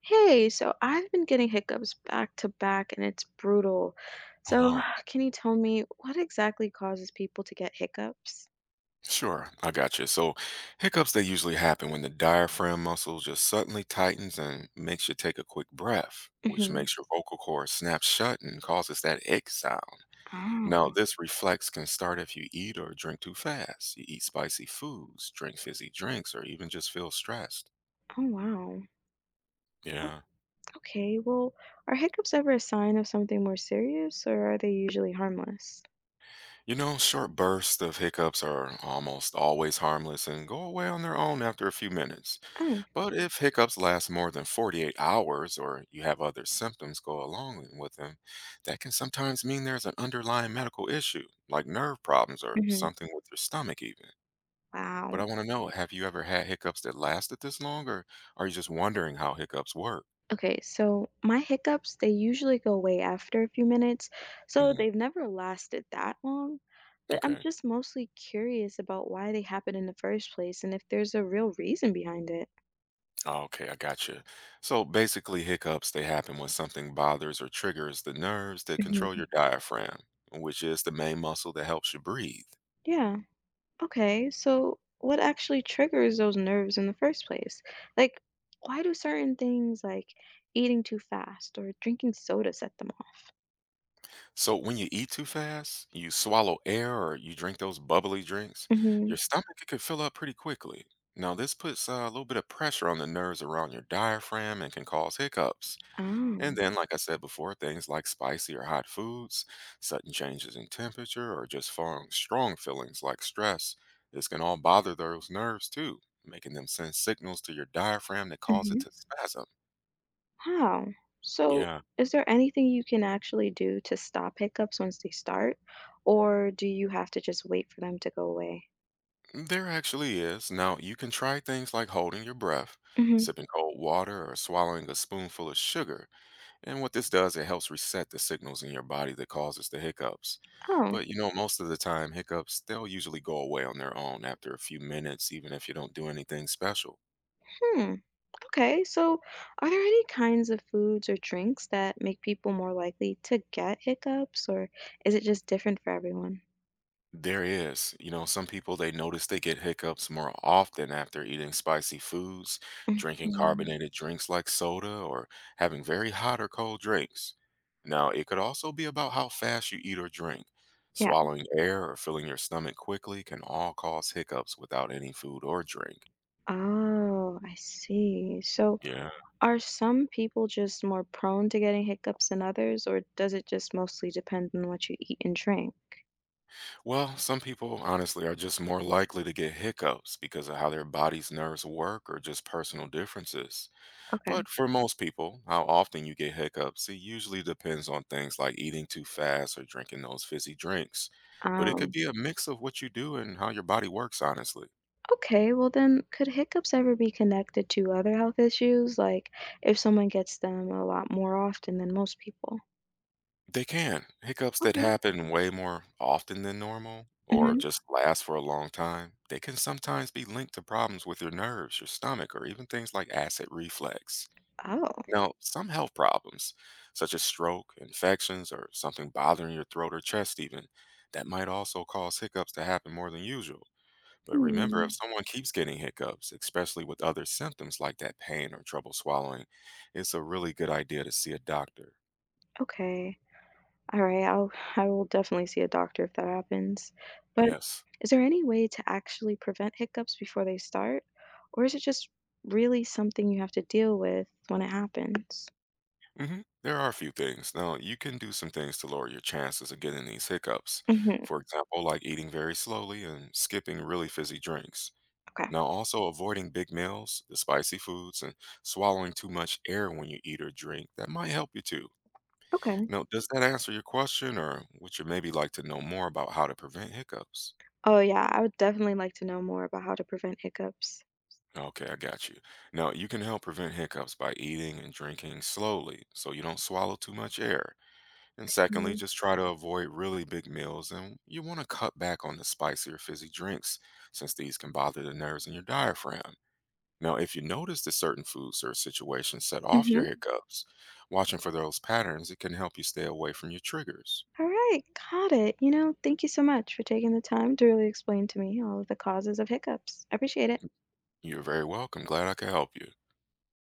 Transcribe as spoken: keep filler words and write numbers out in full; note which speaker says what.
Speaker 1: Hey, so I've been getting hiccups back to back and it's brutal.
Speaker 2: Oh
Speaker 1: So,
Speaker 2: no.
Speaker 1: can you tell me what exactly causes people to get hiccups?
Speaker 2: Sure, I got you. So, hiccups they usually happen when the diaphragm muscle just suddenly tightens and makes you take a quick breath, which
Speaker 1: Hmm.
Speaker 2: makes your vocal cords snap shut and causes that ick sound.
Speaker 1: Oh,
Speaker 2: Now, this reflex can start if you eat or drink too fast. You eat spicy foods, drink fizzy drinks, or even just feel stressed.
Speaker 1: oh wow. O-
Speaker 2: Yeah.
Speaker 1: Okay, well, are hiccups ever a sign of something more serious or are they usually harmless?
Speaker 2: You know, short bursts of hiccups are almost always harmless and go away on their own after a few minutes.
Speaker 1: Oh,
Speaker 2: But if hiccups last more than forty-eight hours or you have other symptoms go along with them, that can sometimes mean there's an underlying medical issue, like nerve problems or
Speaker 1: hmm.
Speaker 2: something with your stomach, even. But
Speaker 1: Wow.
Speaker 2: I want to know, have you ever had hiccups that lasted this long, or are you just wondering how hiccups work?
Speaker 1: Okay, so my hiccups, they usually go away after a few minutes, so
Speaker 2: hmm
Speaker 1: they've never lasted that long. But I'm
Speaker 2: Okay.
Speaker 1: just mostly curious about why they happen in the first place and if there's a real reason behind it.
Speaker 2: Ah, okay, I gotcha. So basically, hiccups they happen when something bothers or triggers the nerves that
Speaker 1: Mhm.
Speaker 2: control your diaphragm, which is the main muscle that helps you breathe.
Speaker 1: Yeah, okay, so what actually triggers those nerves in the first place? Like, why do certain things like eating too fast or drinking soda set them off?
Speaker 2: So when you eat too fast, you swallow air or you drink those bubbly drinks,
Speaker 1: Mhm.
Speaker 2: your stomach it can fill up pretty quickly. Now this puts uh, a little bit of pressure on the nerves around your diaphragm and can cause hiccups. And
Speaker 1: Oh.
Speaker 2: then, like I said before, things like spicy or hot foods, sudden changes in temperature, or just strong, strong feelings like stress, this can all bother those nerves too, making them send signals to your diaphragm that cause it
Speaker 1: Mhm.
Speaker 2: to spasm.
Speaker 1: Wow. So,
Speaker 2: Yeah,
Speaker 1: is there anything you can actually do to stop hiccups once they start, or do you have to just wait for them to go away?
Speaker 2: there actually is. Now, you can try things like holding your breath,
Speaker 1: Hmm.
Speaker 2: sipping cold water, or swallowing a spoonful of sugar. And what this does, it helps reset the signals in your body that causes the hiccups.
Speaker 1: Oh,
Speaker 2: But you know, most of the time, hiccups, they'll usually go away on their own after a few minutes, even if you don't do anything special.
Speaker 1: hmm. Okay. So, are there any kinds of foods or drinks that make people more likely to get hiccups, or is it just different for everyone?
Speaker 2: There is. You know, some people they notice they get hiccups more often after eating spicy foods, drinking
Speaker 1: Mhm.
Speaker 2: carbonated drinks like soda, or having very hot or cold drinks. Now, it could also be about how fast you eat or drink.
Speaker 1: Yeah.
Speaker 2: Swallowing air or filling your stomach quickly can all cause hiccups without any food or drink.
Speaker 1: Oh, I see. So,
Speaker 2: Yeah.
Speaker 1: are some people just more prone to getting hiccups than others, or does it just mostly depend on what you eat and drink?
Speaker 2: Well, some people honestly are just more likely to get hiccups because of how their body's nerves work or just personal differences.
Speaker 1: Okay.
Speaker 2: But for most people, how often you get hiccups, it usually depends on things like eating too fast or drinking those fizzy drinks. But it could
Speaker 1: Um,
Speaker 2: be a mix of what you do and how your body works, honestly.
Speaker 1: okay, well then, could hiccups ever be connected to other health issues, like if someone gets them a lot more often than most people?
Speaker 2: They can. Hiccups that
Speaker 1: Okay.
Speaker 2: happen way more often than normal or
Speaker 1: Hmm.
Speaker 2: just last for a long time, they can sometimes be linked to problems with your nerves, your stomach, or even things like acid reflux.
Speaker 1: Oh.
Speaker 2: Now, some health problems, such as stroke, infections, or something bothering your throat or chest, even, that might also cause hiccups to happen more than usual. But remember,
Speaker 1: Hmm.
Speaker 2: if someone keeps getting hiccups, especially with other symptoms like that pain or trouble swallowing, it's a really good idea to see a doctor.
Speaker 1: Okay. All right. I'll I will definitely see a doctor if that happens. But
Speaker 2: Yes.
Speaker 1: is there any way to actually prevent hiccups before they start, or is it just really something you have to deal with when it happens?
Speaker 2: hmm There are a few things. Now, you can do some things to lower your chances of getting these hiccups.
Speaker 1: Hmm.
Speaker 2: For example, like eating very slowly and skipping really fizzy drinks.
Speaker 1: Okay.
Speaker 2: Now, also avoiding big meals, the spicy foods, and swallowing too much air when you eat or drink, that might help you too.
Speaker 1: Okay.
Speaker 2: Now, does that answer your question, or would you maybe like to know more about how to prevent hiccups?
Speaker 1: Oh yeah, I would definitely like to know more about how to prevent hiccups.
Speaker 2: Okay, I got you. Now, you can help prevent hiccups by eating and drinking slowly so you don't swallow too much air. And secondly,
Speaker 1: Mm-hmm.
Speaker 2: just try to avoid really big meals and you want to cut back on the spicy or fizzy drinks since these can bother the nerves in your diaphragm. Now, if you notice that certain foods or situations set off your Mhm. hiccups, watching for those patterns, it can help you stay away from your triggers.
Speaker 1: All right, got it. You know, thank you so much for taking the time to really explain to me all of the causes of hiccups. I appreciate it.
Speaker 2: You're very welcome. Glad I could help you.